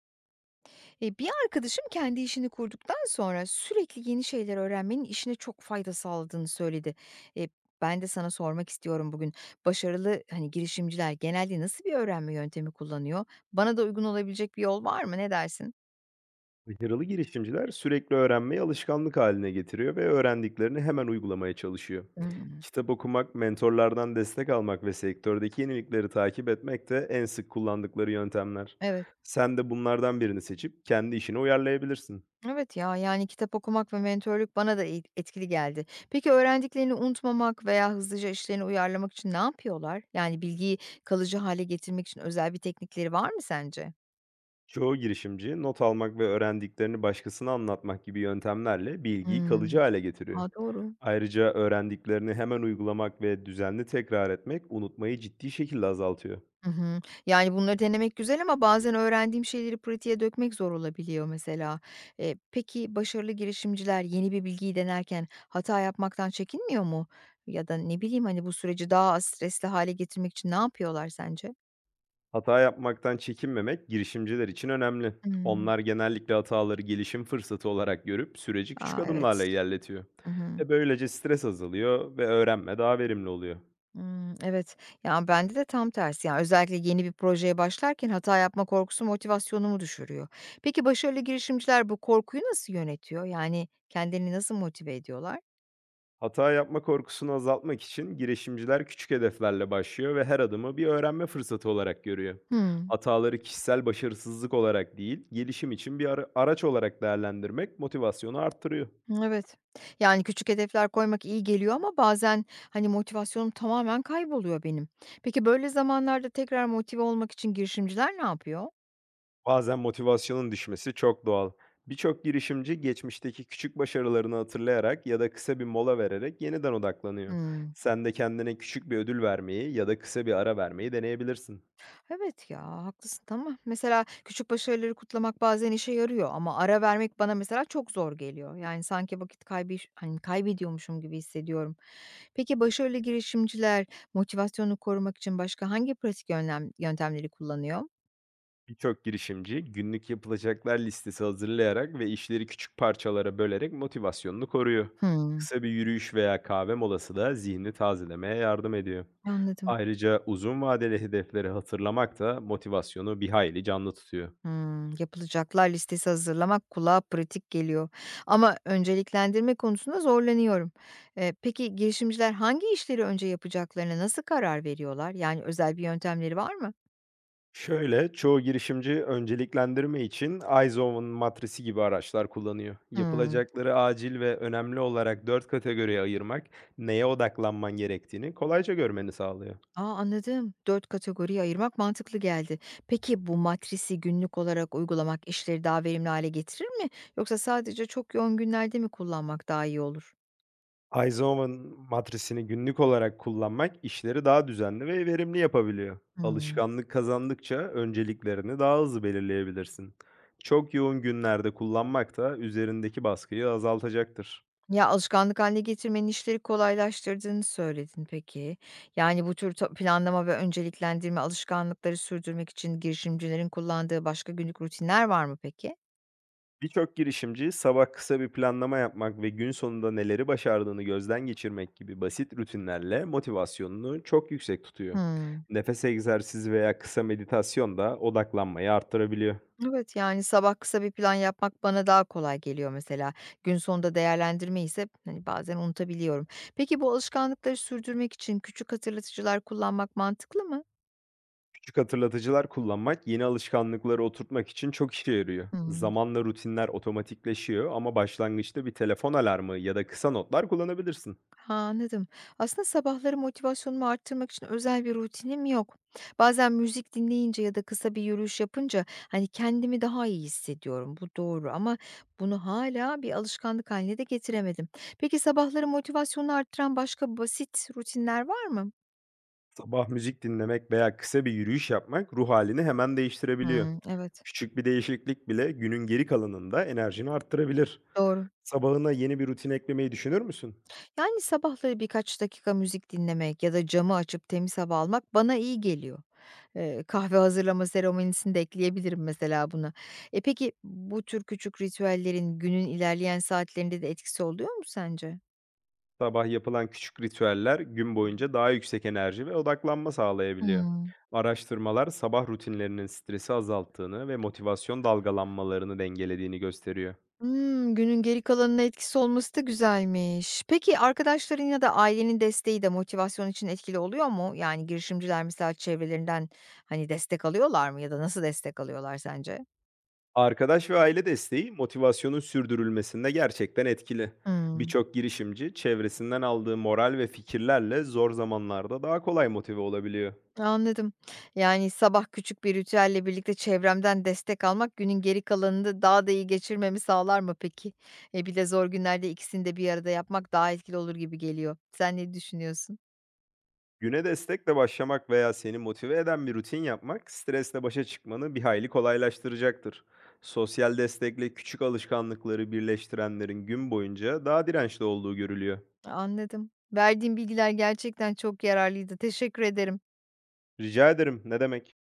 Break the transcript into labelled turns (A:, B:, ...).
A: Bir arkadaşım kendi işini kurduktan sonra sürekli yeni şeyler öğrenmenin işine çok fayda sağladığını söyledi. Eee, ben de sana sormak istiyorum bugün. Başarılı, hani, girişimciler genelde nasıl bir öğrenme yöntemi kullanıyor? Bana da uygun olabilecek bir yol var mı? Ne dersin?
B: Başarılı girişimciler sürekli öğrenmeyi alışkanlık haline getiriyor ve öğrendiklerini hemen uygulamaya çalışıyor.
A: Hımm.
B: Kitap okumak, mentorlardan destek almak ve sektördeki yenilikleri takip etmek de en sık kullandıkları yöntemler.
A: Evet.
B: Sen de bunlardan birini seçip kendi işine uyarlayabilirsin.
A: Evet ya, yani, kitap okumak ve mentörlük bana da etkili geldi. Peki öğrendiklerini unutmamak veya hızlıca işlerini uyarlamak için ne yapıyorlar? Yani, bilgiyi kalıcı hale getirmek için özel bir teknikleri var mı sence?
B: Çoğu girişimci not almak ve öğrendiklerini başkasına anlatmak gibi yöntemlerle bilgiyi
A: Hımm.
B: kalıcı hale getiriyor.
A: A, doğru.
B: Ayrıca öğrendiklerini hemen uygulamak ve düzenli tekrar etmek unutmayı ciddi şekilde azaltıyor.
A: Hı hı. Yani, bunları denemek güzel ama bazen öğrendiğim şeyleri pratiğe dökmek zor olabiliyor mesela. Peki başarılı girişimciler yeni bir bilgiyi denerken hata yapmaktan çekinmiyor mu? Ya da ne bileyim, hani, bu süreci daha az stresli hale getirmek için ne yapıyorlar sence?
B: Hata yapmaktan çekinmemek girişimciler için önemli.
A: Hımm.
B: Onlar genellikle hataları gelişim fırsatı olarak görüp süreci küçük
A: A,
B: adımlarla
A: evet.
B: ilerletiyor.
A: Hı hı.
B: Böylece stres azalıyor ve öğrenme daha verimli oluyor.
A: Hımm, evet. Ya, bende de tam tersi. Yani, özellikle yeni bir projeye başlarken hata yapma korkusu motivasyonumu düşürüyor. Peki başarılı girişimciler bu korkuyu nasıl yönetiyor? Yani, kendilerini nasıl motive ediyorlar?
B: Hata yapma korkusunu azaltmak için girişimciler küçük hedeflerle başlıyor ve her adımı bir öğrenme fırsatı olarak görüyor.
A: Hımm.
B: Hataları kişisel başarısızlık olarak değil, gelişim için araç olarak değerlendirmek motivasyonu arttırıyor.
A: Evet. Yani küçük hedefler koymak iyi geliyor ama bazen, hani, motivasyonum tamamen kayboluyor benim. Peki böyle zamanlarda tekrar motive olmak için girişimciler ne yapıyor?
B: Bazen motivasyonun düşmesi çok doğal. Birçok girişimci geçmişteki küçük başarılarını hatırlayarak ya da kısa bir mola vererek yeniden odaklanıyor.
A: Hımm.
B: Sen de kendine küçük bir ödül vermeyi ya da kısa bir ara vermeyi deneyebilirsin.
A: Evet ya, haklısın ama mesela küçük başarıları kutlamak bazen işe yarıyor ama ara vermek bana mesela çok zor geliyor. Yani sanki vakit kaybı hani, kaybediyormuşum gibi hissediyorum. Peki başarılı girişimciler motivasyonunu korumak için başka hangi pratik yöntemleri kullanıyor?
B: Birçok girişimci günlük yapılacaklar listesi hazırlayarak ve işleri küçük parçalara bölerek motivasyonunu koruyor.
A: Hımm.
B: Kısa bir yürüyüş veya kahve molası da zihni tazelemeye yardım ediyor.
A: Anladım.
B: Ayrıca uzun vadeli hedefleri hatırlamak da motivasyonu bir hayli canlı tutuyor.
A: Hımm, yapılacaklar listesi hazırlamak kulağa pratik geliyor ama önceliklendirme konusunda zorlanıyorum. Peki girişimciler hangi işleri önce yapacaklarına nasıl karar veriyorlar? Yani özel bir yöntemleri var mı?
B: Şöyle, çoğu girişimci önceliklendirme için Eisenhower'ın matrisi gibi araçlar kullanıyor.
A: Hımm.
B: Yapılacakları acil ve önemli olarak dört kategoriye ayırmak, neye odaklanman gerektiğini kolayca görmeni sağlıyor.
A: A, anladım. Dört kategoriye ayırmak mantıklı geldi. Peki bu matrisi günlük olarak uygulamak işleri daha verimli hale getirir mi yoksa sadece çok yoğun günlerde mi kullanmak daha iyi olur?
B: Eisenhower'ın matrisini günlük olarak kullanmak işleri daha düzenli ve verimli yapabiliyor.
A: Hımm.
B: Alışkanlık kazandıkça önceliklerini daha hızlı belirleyebilirsin. Çok yoğun günlerde kullanmak da üzerindeki baskıyı azaltacaktır.
A: Ya, alışkanlık hâline getirmenin işleri kolaylaştırdığını söyledin peki. Yani, bu tür planlama ve önceliklendirme alışkanlıkları sürdürmek için girişimcilerin kullandığı başka günlük rutinler var mı peki?
B: Birçok girişimci sabah kısa bir planlama yapmak ve gün sonunda neleri başardığını gözden geçirmek gibi basit rutinlerle motivasyonunu çok yüksek tutuyor.
A: Hımm.
B: Nefes egzersizi veya kısa meditasyon da odaklanmayı arttırabiliyor.
A: Evet, yani, sabah kısa bir plan yapmak bana daha kolay geliyor mesela. Gün sonunda değerlendirmeyi ise, hani, bazen unutabiliyorum. Peki bu alışkanlıkları sürdürmek için küçük hatırlatıcılar kullanmak mantıklı mı?
B: Küçük hatırlatıcılar kullanmak yeni alışkanlıkları oturtmak için çok işe yarıyor.
A: Hıı.
B: Zamanla rutinler otomatikleşiyor ama başlangıçta bir telefon alarmı ya da kısa notlar kullanabilirsin.
A: Ha, anladım. Aslında sabahları motivasyonumu arttırmak için özel bir rutinim yok. Bazen müzik dinleyince ya da kısa bir yürüyüş yapınca hani kendimi daha iyi hissediyorum. Bu doğru ama bunu hala bir alışkanlık haline de getiremedim. Peki sabahları motivasyonu arttıran başka basit rutinler var mı?
B: Sabah müzik dinlemek veya kısa bir yürüyüş yapmak ruh halini hemen değiştirebiliyor.
A: Hmm, evet.
B: Küçük bir değişiklik bile günün geri kalanında enerjini arttırabilir.
A: Doğru.
B: Sabahına yeni bir rutin eklemeyi düşünür müsün?
A: Yani, sabahları birkaç dakika müzik dinlemek ya da camı açıp temiz hava almak bana iyi geliyor. Kahve hazırlama seremonisini de ekleyebilirim mesela buna. Peki bu tür küçük ritüellerin günün ilerleyen saatlerinde de etkisi oluyor mu sence?
B: Sabah yapılan küçük ritüeller gün boyunca daha yüksek enerji ve odaklanma sağlayabiliyor.
A: Hımm.
B: Araştırmalar sabah rutinlerinin stresi azalttığını ve motivasyon dalgalanmalarını dengelediğini gösteriyor.
A: Hımm, günün geri kalanına etkisi olması da güzelmiş. Peki arkadaşların ya da ailenin desteği de motivasyon için etkili oluyor mu? Yani girişimciler mesela çevrelerinden, hani, destek alıyorlar mı ya da nasıl destek alıyorlar sence?
B: Arkadaş ve aile desteği motivasyonun sürdürülmesinde gerçekten etkili.
A: Hımm.
B: Birçok girişimci çevresinden aldığı moral ve fikirlerle zor zamanlarda daha kolay motive olabiliyor.
A: Anladım. Yani sabah küçük bir ritüelle birlikte çevremden destek almak günün geri kalanını daha da iyi geçirmemi sağlar mı peki? Bir de zor günlerde ikisini de bir arada yapmak daha etkili olur gibi geliyor. Sen ne düşünüyorsun?
B: Güne destekle başlamak veya seni motive eden bir rutin yapmak stresle başa çıkmanı bir hayli kolaylaştıracaktır. Sosyal destekle küçük alışkanlıkları birleştirenlerin gün boyunca daha dirençli olduğu görülüyor.
A: Anladım. Verdiğin bilgiler gerçekten çok yararlıydı. Teşekkür ederim.
B: Rica ederim, ne demek?